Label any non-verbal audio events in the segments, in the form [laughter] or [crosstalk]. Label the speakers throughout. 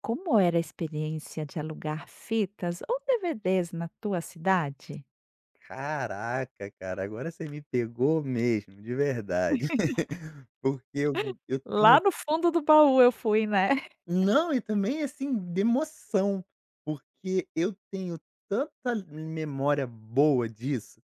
Speaker 1: Como era a experiência de alugar fitas ou DVDs na tua cidade?
Speaker 2: Caraca, cara, agora você me pegou mesmo, de verdade. [laughs] Porque eu tenho
Speaker 1: Lá no fundo do baú eu fui, né. [laughs]
Speaker 2: não, e também, assim, de emoção, porque eu tenho tanta memória boa disso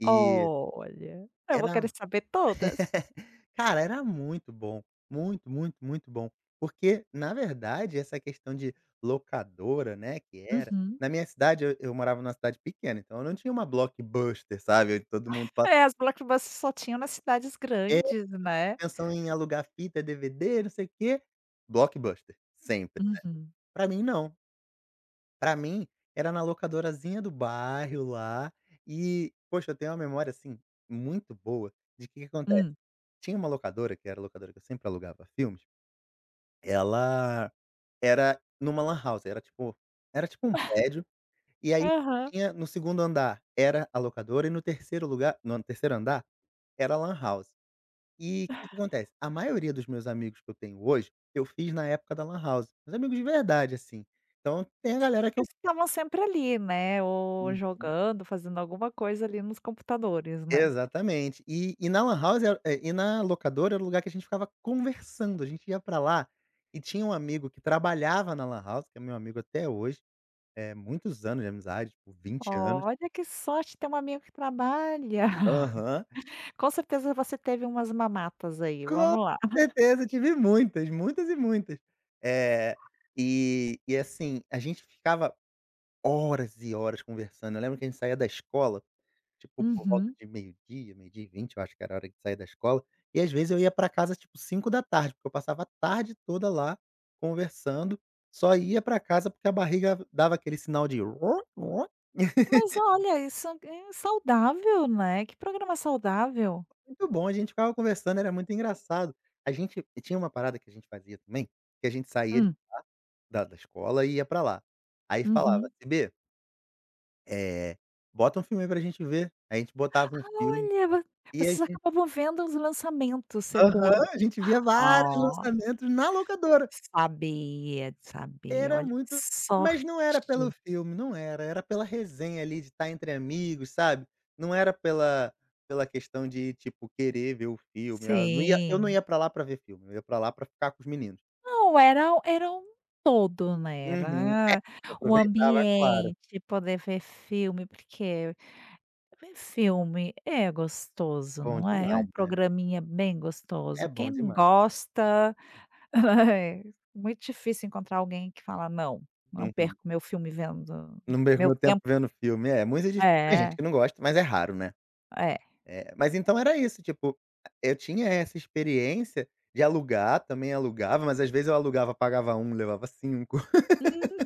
Speaker 2: e
Speaker 1: Olha. Eu vou querer
Speaker 2: era.
Speaker 1: saber todas.
Speaker 2: [laughs] Cara, era muito bom, muito, muito, muito bom. Porque, na verdade, essa questão de locadora, né, que era
Speaker 1: Uhum.
Speaker 2: na minha cidade, eu morava numa cidade pequena, então eu não tinha uma Blockbuster, sabe, todo mundo fala,
Speaker 1: É, as blockbusters só tinham nas cidades grandes, né.
Speaker 2: pensam em alugar fita, DVD, não sei o quê. Blockbuster, sempre.
Speaker 1: Uhum.
Speaker 2: Pra mim não, pra mim era na locadorazinha do bairro lá e, poxa, eu tenho uma memória, assim, muito boa de que acontece,
Speaker 1: Hum.
Speaker 2: tinha uma locadora, que era a locadora que eu sempre alugava filmes, ela era numa lan house, era tipo um prédio, e aí
Speaker 1: Aham.
Speaker 2: tinha, no segundo andar era a locadora e no terceiro lugar no terceiro andar era a lan house. E o que que acontece? A maioria dos meus amigos que eu tenho hoje, eu fiz na época da lan house. Meus amigos de verdade, assim. Então tem a galera que eu.
Speaker 1: Eles estavam sempre ali, né, ou
Speaker 2: Uhum.
Speaker 1: jogando, fazendo alguma coisa ali nos computadores, né.
Speaker 2: Exatamente. E na lan house era e na locadora era o lugar que a gente ficava conversando, a gente ia pra lá e tinha um amigo que trabalhava na lan house, que é meu amigo até hoje, é muitos anos de amizade, tipo 20 anos.
Speaker 1: Olha que sorte ter um amigo que trabalha.
Speaker 2: Aham.
Speaker 1: [laughs] Com certeza você teve umas mamatas aí,
Speaker 2: Com
Speaker 1: vamos lá.
Speaker 2: certeza, tive muitas, muitas e muitas. é e assim, a gente ficava. Horas e horas conversando. Eu lembro que a gente saía da escola, tipo, por volta
Speaker 1: Uhum.
Speaker 2: de meio-dia, meio-dia e 20, eu acho que era a hora de sair da escola, e às vezes eu ia pra casa, tipo, 5 da tarde, porque eu passava a tarde toda lá conversando, só ia pra casa porque a barriga dava aquele sinal de "Uó, uó". [laughs]
Speaker 1: Mas olha, isso é saudável, né, que programa saudável.
Speaker 2: Muito bom, a gente ficava conversando, era muito engraçado. A gente tinha uma parada que a gente fazia também, que a gente saía de
Speaker 1: Hum,
Speaker 2: da da escola e ia pra lá. Aí falava:
Speaker 1: uhum.
Speaker 2: "C b, eh, bota um filme aí pra gente ver". Aí a gente botava um filme
Speaker 1: Olha, vo
Speaker 2: e a
Speaker 1: vocês
Speaker 2: gente.
Speaker 1: acabavam vendo os lançamentos, seguro.
Speaker 2: Aham, a gente via vários
Speaker 1: Ah,
Speaker 2: lançamentos na locadora.
Speaker 1: sabia, sabia,
Speaker 2: Era
Speaker 1: olha que
Speaker 2: muito, mas
Speaker 1: sorte.
Speaker 2: não era pelo filme, não era, era pela resenha ali de estar entre amigos, sabe. Não era pela questão de, tipo, querer ver o filme, ah, não ia eu não
Speaker 1: Sim.
Speaker 2: ia pra lá pra ver filme, eu ia pra lá pra ficar com os meninos.
Speaker 1: Não, era um todo, né,
Speaker 2: Uhum.
Speaker 1: era o
Speaker 2: Aproveitava, claro.
Speaker 1: ambiente, poder ver filme, porque ver filme é gostoso,
Speaker 2: Bom
Speaker 1: não é? É
Speaker 2: demais,
Speaker 1: um
Speaker 2: né.
Speaker 1: programinha bem gostoso,
Speaker 2: É
Speaker 1: quem
Speaker 2: bom
Speaker 1: não
Speaker 2: demais.
Speaker 1: gosta. [laughs] É, muito difícil encontrar alguém que fala: "Não, não
Speaker 2: Uhum.
Speaker 1: perco meu filme vendo
Speaker 2: Não perco
Speaker 1: meu
Speaker 2: meu tempo
Speaker 1: tempo".
Speaker 2: vendo filme. É, muito difícil. Tem
Speaker 1: É,
Speaker 2: gente que não gosta, mas é raro, né.
Speaker 1: é.
Speaker 2: É, mas então era isso, tipo, eu tinha essa experiência de alugar, também alugava, mas às vezes eu alugava, pagava um, levava cinco. [laughs]
Speaker 1: Hum,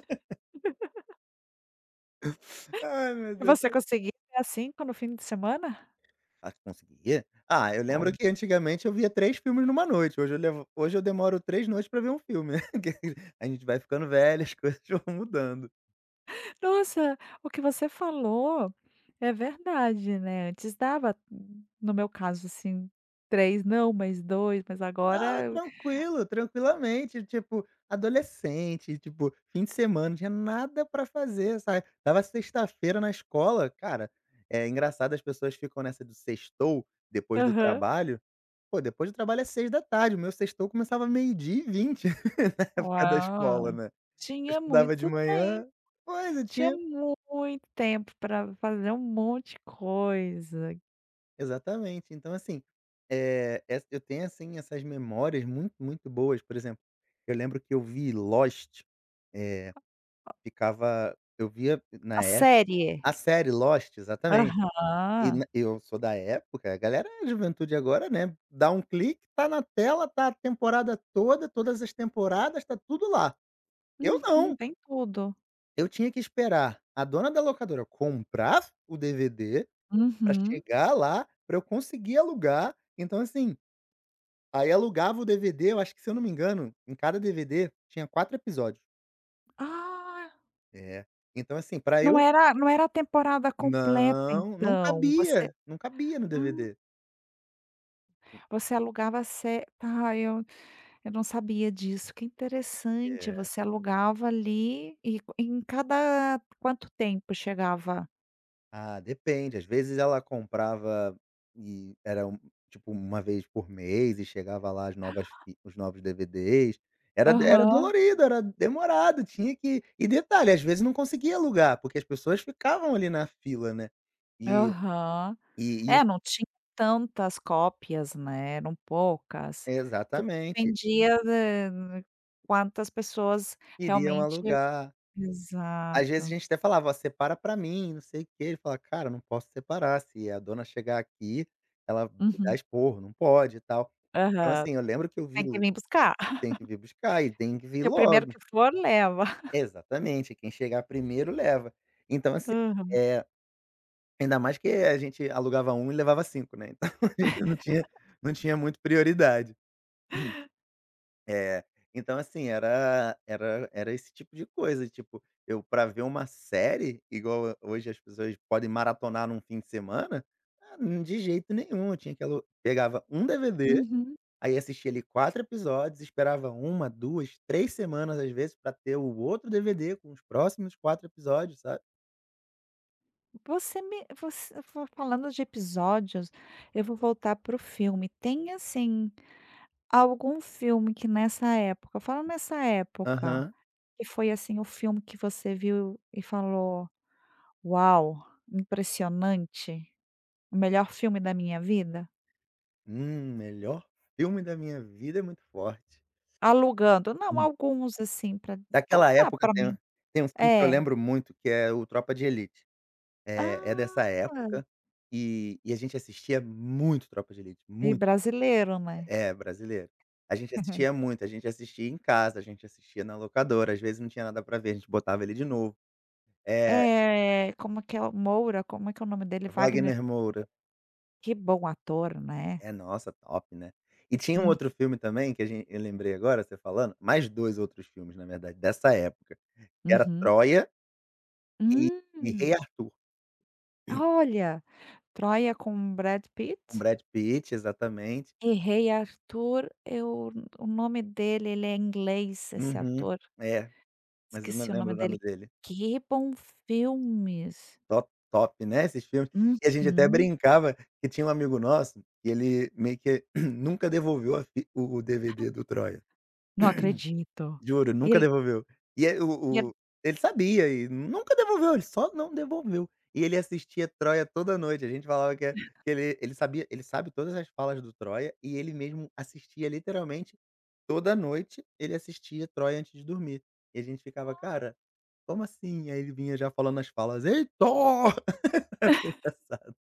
Speaker 2: Ai, meu
Speaker 1: e
Speaker 2: Deus.
Speaker 1: você
Speaker 2: Eu.
Speaker 1: conseguiu ver às 17 no fim de semana?
Speaker 2: Ah, tu conseguia? Ah, eu
Speaker 1: Ó.
Speaker 2: lembro que antigamente eu via 3 filmes numa noite, hoje eu levo hoje eu demoro 3 noites pra ver um filme, né, [laughs] que a gente vai ficando velho, as [laughs] coisas vão mudando.
Speaker 1: Nossa, o que você falou é verdade, né, antes dava, no meu caso, assim, 3 não, mas dois, mas
Speaker 2: Ah,
Speaker 1: agora eu.
Speaker 2: tranquilo, tranquilamente, tipo, adolescente, tipo, fim de semana, não tinha nada pra fazer, sabe? Tava sexta-feira na escola, cara, é engraçado, as pessoas ficam nessa do sextou, depois do
Speaker 1: Aham.
Speaker 2: trabalho, pô, depois do trabalho é 18h, o meu sextou começava meio-dia e 20, [laughs] na época da escola,
Speaker 1: Uau.
Speaker 2: né. Eu
Speaker 1: Tinha
Speaker 2: estudava de
Speaker 1: muito tempo,
Speaker 2: manhã, pois, eu
Speaker 1: tinha
Speaker 2: tinha,
Speaker 1: muito tempo para fazer um monte de coisa.
Speaker 2: exatamente, então assim, essa eu tenho, assim, essas memórias muito, muito boas, por exemplo, eu lembro que eu vi Lost, é, Ficava eu via
Speaker 1: A
Speaker 2: na época
Speaker 1: série.
Speaker 2: a série Lost, exatamente. E
Speaker 1: Aham.
Speaker 2: na Eu sou da época, a juventude agora, né, dá um clique, tá na tela, tá a temporada toda, todas as temporadas, tá tudo lá. Eu
Speaker 1: Uhum,
Speaker 2: não,
Speaker 1: tem tudo.
Speaker 2: eu tinha que esperar a dona da locadora comprar o DVD pra
Speaker 1: Uhum.
Speaker 2: chegar lá, pra eu conseguir alugar. Então assim, aí alugava o DVD, eu acho que, se eu não me engano, em cada DVD tinha 4 episódios.
Speaker 1: Ah,
Speaker 2: É. Então assim, pra
Speaker 1: não
Speaker 2: eu
Speaker 1: era não era a temporada completa
Speaker 2: Não, não
Speaker 1: então, você.
Speaker 2: cabia, não cabia no
Speaker 1: Ah,
Speaker 2: DVD.
Speaker 1: você alugava, se tá, eu não sabia disso, que interessante,
Speaker 2: É.
Speaker 1: você alugava ali e em cada quanto tempo chegava?
Speaker 2: Ah, depende, às vezes ela comprava e era um tipo, uma vez por mês, e chegava lá as novas fi os novos DVDs. Era
Speaker 1: Aham,
Speaker 2: dolorido, era demorado, tinha que, e detalhe, às vezes não conseguia alugar, porque as pessoas ficavam ali na fila, né. E
Speaker 1: aham.
Speaker 2: e
Speaker 1: É,
Speaker 2: isso,
Speaker 1: não tinha tantas cópias, né, eram poucas. Tudo
Speaker 2: exatamente,
Speaker 1: dependia de quantas pessoas
Speaker 2: queriam
Speaker 1: realmente.
Speaker 2: alugar. Às vezes a
Speaker 1: Exato.
Speaker 2: gente até falava: "Ó, separa pra mim, não sei o quê". Ele falava: "Cara, não posso separar, se a dona chegar aqui, ela me dá
Speaker 1: Uhum.
Speaker 2: esporro, não pode e tal". Então
Speaker 1: Aham.
Speaker 2: assim, eu lembro que eu vi
Speaker 1: Tem que vir buscar. [laughs]
Speaker 2: tem que vir buscar e tem que vir
Speaker 1: E o primeiro
Speaker 2: logo.
Speaker 1: que for, leva.
Speaker 2: Exatamente, quem chegar primeiro leva. Então assim,
Speaker 1: Aham.
Speaker 2: é ainda mais que a gente alugava um e levava 5, né, então, [laughs] a gente não tinha muito prioridade. É, então assim, era esse tipo de coisa, tipo, eu, pra ver uma série, igual hoje as pessoas podem maratonar num fim de semana, de jeito nenhum, eu tinha que alu pegava um DVD,
Speaker 1: Uhum.
Speaker 2: aí assistia ali 4 episódios, esperava uma, duas, 3 semanas às vezes pra ter o outro DVD com os próximos 4 episódios, sabe.
Speaker 1: Você me você fa falando de episódios, eu vou voltar para o filme. Tem, assim, algum filme que nessa época, fala nessa época,
Speaker 2: Aham.
Speaker 1: que foi, assim, o filme que você viu e falou: "Uau, impressionante, o melhor filme da minha vida"?
Speaker 2: Melhor filme da minha vida é muito forte.
Speaker 1: Alugando. Não,
Speaker 2: Hum.
Speaker 1: alguns, assim, pra
Speaker 2: Daquela
Speaker 1: contar
Speaker 2: época
Speaker 1: pra
Speaker 2: tem
Speaker 1: mim.
Speaker 2: tem um filme que eu
Speaker 1: É.
Speaker 2: lembro muito, que é o Tropa de Elite. É, é dessa
Speaker 1: Ah!
Speaker 2: época, e a gente assistia muito Tropa de Elite,
Speaker 1: E
Speaker 2: muito.
Speaker 1: brasileiro, né.
Speaker 2: É, brasileiro. A gente assistia
Speaker 1: [laughs]
Speaker 2: muito, a gente assistia em casa, a gente assistia na locadora, às vezes não tinha nada pra ver, a gente botava ele de novo. É,
Speaker 1: É, como é que é o Moura, como é que é o nome dele? Wagner,
Speaker 2: Wagner Moura.
Speaker 1: que bom ator, né.
Speaker 2: É, nossa, top, né. E tinha um
Speaker 1: Hum,
Speaker 2: outro filme também que a gente eu lembrei agora, você falando, mais 2 outros filmes, na verdade, dessa época, que era
Speaker 1: uhum.
Speaker 2: Troia e e
Speaker 1: Hum,
Speaker 2: Rei Arthur,
Speaker 1: olha, Troia com Brad
Speaker 2: com
Speaker 1: Pitt
Speaker 2: Brad Pitt, exatamente.
Speaker 1: e Rei Arthur, eu o nome dele, ele é inglês, esse
Speaker 2: Uhum.
Speaker 1: ator,
Speaker 2: É, mas eu não
Speaker 1: esqueci o
Speaker 2: lembro
Speaker 1: nome
Speaker 2: o
Speaker 1: dele.
Speaker 2: nome dele.
Speaker 1: Que bom filmes.
Speaker 2: Top top, né, esses filmes. E a gente até
Speaker 1: Uhum.
Speaker 2: brincava que tinha um amigo nosso que ele meio que [clears throat] nunca devolveu a fi o DVD do Troia.
Speaker 1: Não acredito.
Speaker 2: Juro, nunca
Speaker 1: Ele.
Speaker 2: devolveu. E aí o ele sabia e nunca devolveu, ele só não devolveu. E ele assistia Troia toda noite, a gente falava que é que ele sabe todas as falas do Troia, e ele mesmo assistia literalmente toda noite, ele assistia Troia antes de dormir. E a gente ficava: "Cara, como assim?" Aí ele vinha já falando as falas: "Heitor!" [laughs]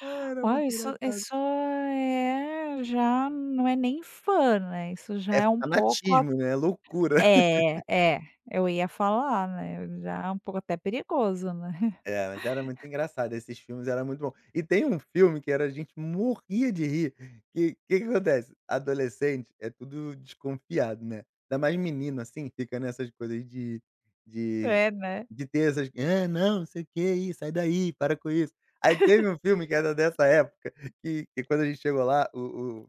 Speaker 2: Ah, era
Speaker 1: Uau,
Speaker 2: muito
Speaker 1: isso
Speaker 2: engraçado.
Speaker 1: isso é já não é nem fã, né, isso já
Speaker 2: É
Speaker 1: é um pouco a,
Speaker 2: fanatismo, né, é loucura. [laughs]
Speaker 1: é, é, eu ia falar, né, já é um pouco até perigoso, né. [laughs]
Speaker 2: É, mas era muito engraçado, esses filmes era muito bom. E tem um filme que era a gente morria de rir, que que acontece, adolescente é tudo desconfiado, né, ainda mais menino, assim, fica nessas coisas de
Speaker 1: É, né.
Speaker 2: de ter essas: "Ah, não, não sei o quê, ih, sai daí, para com isso". Aí teve um filme que era dessa época, que quando a gente chegou lá, o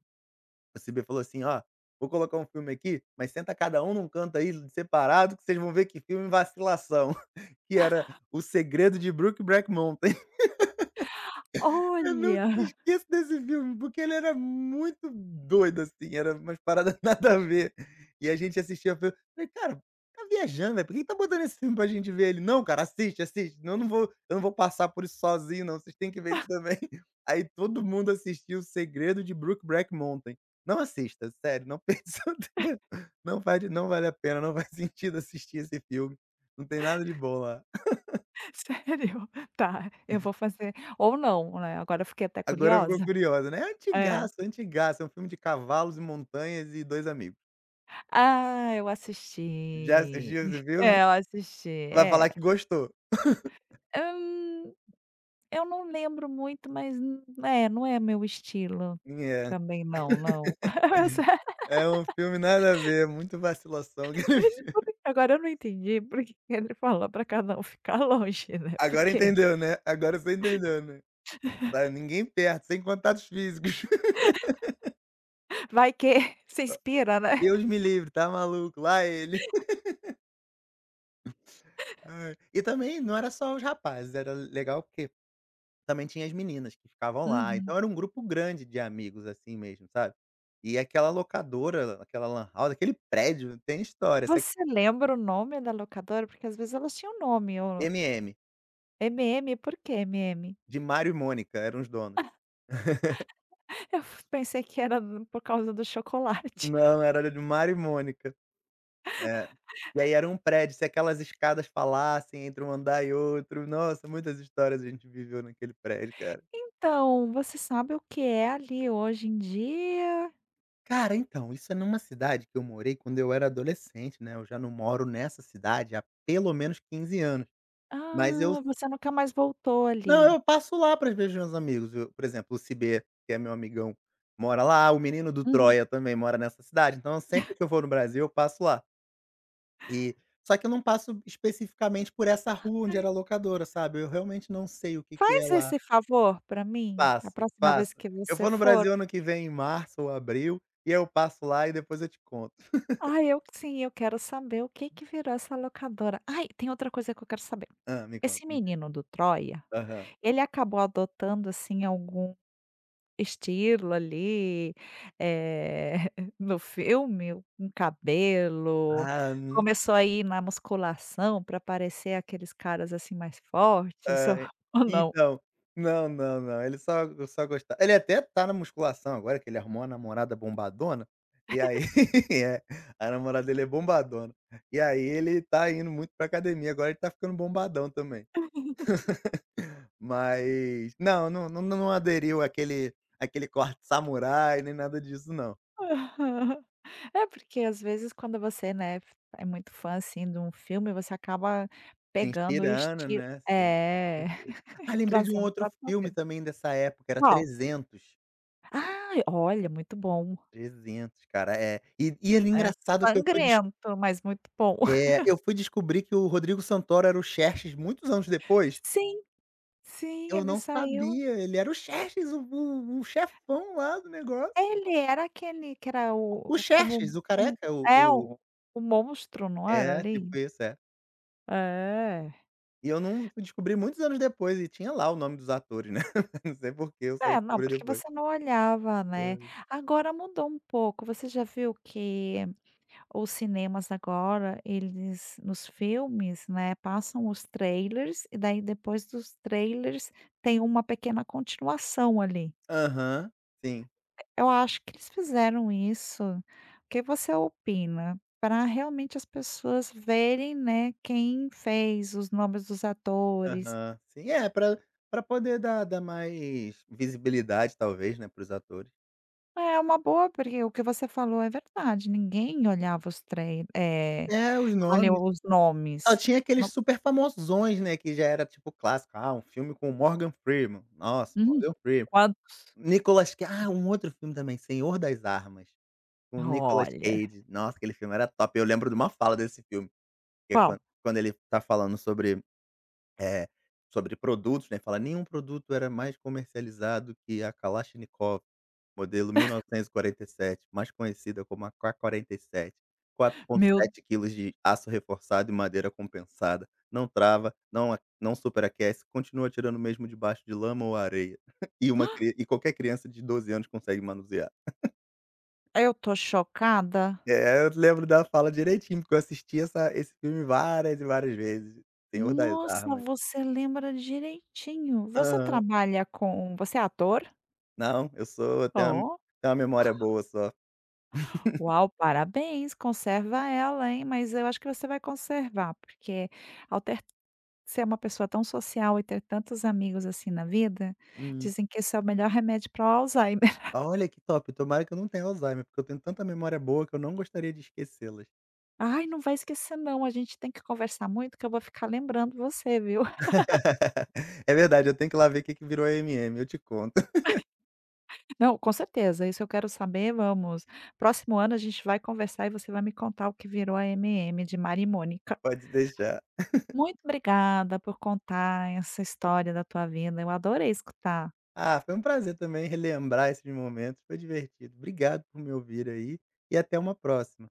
Speaker 2: A CB falou assim: "Ó, vou colocar um filme aqui, mas senta cada um num canto aí separado que vocês vão ver que filme vacilação", [laughs] que era O Segredo de Brookback Mountain. Eu nunca
Speaker 1: Olha,
Speaker 2: esqueço desse filme, porque ele era muito doido, assim, era umas paradas [laughs] nada a ver. E a gente assistia filme, falei: "Cara, tá viajando, velho, por que que tá botando esse filme pra gente ver?" Ele: "Não, cara, assiste, assiste, eu não vou passar por isso sozinho não, vocês têm que ver isso também". [laughs] Aí todo mundo assistiu O Segredo de Brookback Mountain. Não assista, sério, não [laughs] perca seu tempo, não vale a pena, não faz sentido assistir esse filme, não tem nada de bom lá.
Speaker 1: [laughs] sério? Tá, eu vou fazer ou não, né, agora eu fiquei até
Speaker 2: Agora ficou
Speaker 1: curiosa.
Speaker 2: curiosa, né. É.
Speaker 1: É.
Speaker 2: Antigaço, antigaço, é um filme de cavalos e montanhas e 2 amigos.
Speaker 1: Ah, eu
Speaker 2: Já
Speaker 1: assisti.
Speaker 2: assistiu
Speaker 1: [laughs]
Speaker 2: esse filme?
Speaker 1: É, eu assisti,
Speaker 2: Vai
Speaker 1: é.
Speaker 2: falar que gostou.
Speaker 1: Hum, eu não lembro muito, mas, n- é, não é meu estilo
Speaker 2: É,
Speaker 1: também, não, não. [laughs] Eu.
Speaker 2: é um filme nada a ver, muito vacilação.
Speaker 1: Mas
Speaker 2: [laughs]
Speaker 1: desculpa, agora eu não entendi porque ele falou pra cada um ficar longe, né,
Speaker 2: Agora
Speaker 1: porque
Speaker 2: entendeu, né, agora você entendeu, né. Tá ninguém perto, sem contatos físicos. [laughs]
Speaker 1: vai que [laughs] se inspira, né.
Speaker 2: Deus me livre, tá maluco, lá ele. Ai, e também não era só os rapazes, era legal porque também tinha as meninas que ficavam lá,
Speaker 1: Uhum.
Speaker 2: então era um grupo grande de amigos, assim mesmo, sabe. E aquela locadora, aquela lan house, aquele prédio tem história, isso aqui.
Speaker 1: Você lembra o nome da locadora? Porque às vezes elas tinham nome, eu.
Speaker 2: MM,
Speaker 1: MM, por que MM?
Speaker 2: de Mário e Mônica eram os donos.
Speaker 1: Eu pensei que era do- por causa do chocolate. [laughs]
Speaker 2: Não, era de Mário e Mônica. É. E aí era um prédio, se aquelas escadas falassem entre um andar e outro, nossa, muitas histórias a gente viveu naquele prédio, cara.
Speaker 1: Então, você sabe o que é ali hoje em dia?
Speaker 2: Cara, então, isso é numa cidade que eu morei quando eu era adolescente, né, eu já não moro nessa cidade há pelo menos 15 anos, mas eu.
Speaker 1: Ah, você nunca mais voltou
Speaker 2: Não,
Speaker 1: ali.
Speaker 2: eu passo lá para ver os meus amigos, eu, por exemplo, o Cibê, que é meu amigão, mora lá, o menino do
Speaker 1: Uhum.
Speaker 2: Troia também mora nessa cidade, então sempre que eu vou no Brasil eu passo lá. E só que eu não passo especificamente por essa rua onde era a locadora, sabe, eu realmente não sei o que que é
Speaker 1: Faz
Speaker 2: lá.
Speaker 1: esse favor pra mim, a
Speaker 2: Passo,
Speaker 1: próxima vez
Speaker 2: passo.
Speaker 1: que
Speaker 2: Eu
Speaker 1: você
Speaker 2: vou no
Speaker 1: for.
Speaker 2: Brasil ano que vem em março ou abril, e eu passo lá e depois eu te conto.
Speaker 1: Ai, eu sim, eu quero saber o que que virou essa locadora. Ai, tem outra coisa que eu quero saber.
Speaker 2: Hã, me conta,
Speaker 1: Esse
Speaker 2: me diz.
Speaker 1: menino do Troia,
Speaker 2: Aham.
Speaker 1: ele acabou adotando, assim, algum estilo ali, eh, [laughs] no filme? Um cabelo?
Speaker 2: Ah
Speaker 1: Começou a ir na musculação para parecer aqueles caras, assim, mais fortes [laughs]
Speaker 2: Ai,
Speaker 1: ou não?
Speaker 2: então, não, não, não, ele só só gosta ele até tá na musculação agora, que ele arrumou uma namorada bombadona, e aí, [laughs] é, a namorada dele é bombadona. E aí ele tá indo muito pra academia, agora ele tá ficando bombadão também. Mas não, não aderiu àquele corte samurai, nem nada disso não.
Speaker 1: [laughs] Aham. É, porque às vezes quando você, né, é muito fã, assim, de um filme, você acaba
Speaker 2: Se
Speaker 1: pegando o
Speaker 2: inspirando,
Speaker 1: estilo.
Speaker 2: né, se.
Speaker 1: É.
Speaker 2: [laughs] Ah,
Speaker 1: [laughs]
Speaker 2: lembrei de um
Speaker 1: Trazendo
Speaker 2: outro
Speaker 1: pra tua
Speaker 2: filme
Speaker 1: vida.
Speaker 2: também dessa época, era
Speaker 1: Qual?
Speaker 2: 300,
Speaker 1: Ah, olha, muito bom.
Speaker 2: cara, E era
Speaker 1: É
Speaker 2: engraçado que eu fui
Speaker 1: sangrento, mas muito bom. [laughs]
Speaker 2: Eu fui descobrir que o Rodrigo Santoro era o Xerxes muitos anos depois,
Speaker 1: Sim, sim,
Speaker 2: eu
Speaker 1: ele
Speaker 2: não
Speaker 1: saiu,
Speaker 2: sabia, ele era o Xerxes, o chefão lá do negócio.
Speaker 1: ele era aquele que era
Speaker 2: O
Speaker 1: o-
Speaker 2: Xerxes,
Speaker 1: como
Speaker 2: o
Speaker 1: um,
Speaker 2: careca, o
Speaker 1: é
Speaker 2: o
Speaker 1: o monstro, não era ali?
Speaker 2: tipo isso,
Speaker 1: É.
Speaker 2: E eu não fui descobrir muitos anos depois e tinha lá o nome dos atores, né, [laughs] não sei por que eu só
Speaker 1: É, não,
Speaker 2: descobri
Speaker 1: porque
Speaker 2: depois.
Speaker 1: você não olhava,
Speaker 2: Hã.
Speaker 1: né. Agora mudou um pouco, você já viu que os cinemas agora, eles nos filmes, né, passam os trailers e daí depois dos trailers tem uma pequena continuação ali.
Speaker 2: Aham, sim.
Speaker 1: Eu acho que eles fizeram isso, o que você opina? Para realmente as pessoas verem, né, quem fez, os nomes dos atores.
Speaker 2: Aham, sim. É, pra poder dar mais visibilidade talvez, né, para os atores.
Speaker 1: É uma boa, porque o que você falou é verdade, ninguém olhava os trailers, é,
Speaker 2: É, os
Speaker 1: olha
Speaker 2: nomes.
Speaker 1: os
Speaker 2: Só
Speaker 1: nomes.
Speaker 2: tinha aqueles
Speaker 1: Não.
Speaker 2: super famosões, né, que já era tipo clássico, ah, um filme com o Morgan Freeman, nossa,
Speaker 1: Hum,
Speaker 2: Morgan Freeman.
Speaker 1: quan,
Speaker 2: Nicolas Cage, ah, um outro filme também, Senhor das Armas, com o Nicolas
Speaker 1: olha,
Speaker 2: Cage, nossa, aquele filme era top, eu lembro de uma fala desse filme, que é
Speaker 1: qual?
Speaker 2: quando ele tá falando sobre eh, sobre produtos, né, fala: "Nenhum produto era mais comercializado que a Kalashnikov, modelo 1947, mais conhecida como a K47,
Speaker 1: Meu.
Speaker 2: 4,7 quilos de aço reforçado e madeira compensada, não trava, não superaquece, continua atirando mesmo debaixo de lama ou areia, [laughs] e uma cri e qualquer criança de 12 anos consegue manusear".
Speaker 1: Eu tô chocada.
Speaker 2: É, eu lembro da fala direitinho, porque eu assisti essa esse filme várias e várias vezes, Senhor das
Speaker 1: Nossa,
Speaker 2: Armas.
Speaker 1: você lembra direitinho. Você trabalha com, você é ator?
Speaker 2: Não, eu
Speaker 1: Oh,
Speaker 2: tenho uma memória boa só.
Speaker 1: uau, parabéns, conserva ela, hein, mas eu acho que você vai conservar, porque ao ter, ser uma pessoa tão social e ter tantos amigos assim na vida,
Speaker 2: Hum.
Speaker 1: dizem que esse é o melhor remédio para o Alzheimer. [laughs]
Speaker 2: Ah, olha que top, tomara que eu não tenha Alzheimer, porque eu tenho tanta memória boa que eu não gostaria de esquecê-las.
Speaker 1: Ai, não vai esquecer não, a gente tem que conversar muito que eu vou ficar lembrando você, viu.
Speaker 2: [laughs] É verdade, eu tenho que ir lá ver o que que virou MM, eu te conto. [laughs]
Speaker 1: Não, com certeza, isso eu quero saber, vamos, próximo ano a gente vai conversar e você vai me contar o que virou a MM de Mari e Mônica.
Speaker 2: Pode deixar.
Speaker 1: Muito obrigada por contar essa história da tua vida, eu adorei escutar.
Speaker 2: Ah, foi um prazer também relembrar esses momentos, foi divertido. Obrigado por me ouvir aí, e até uma próxima.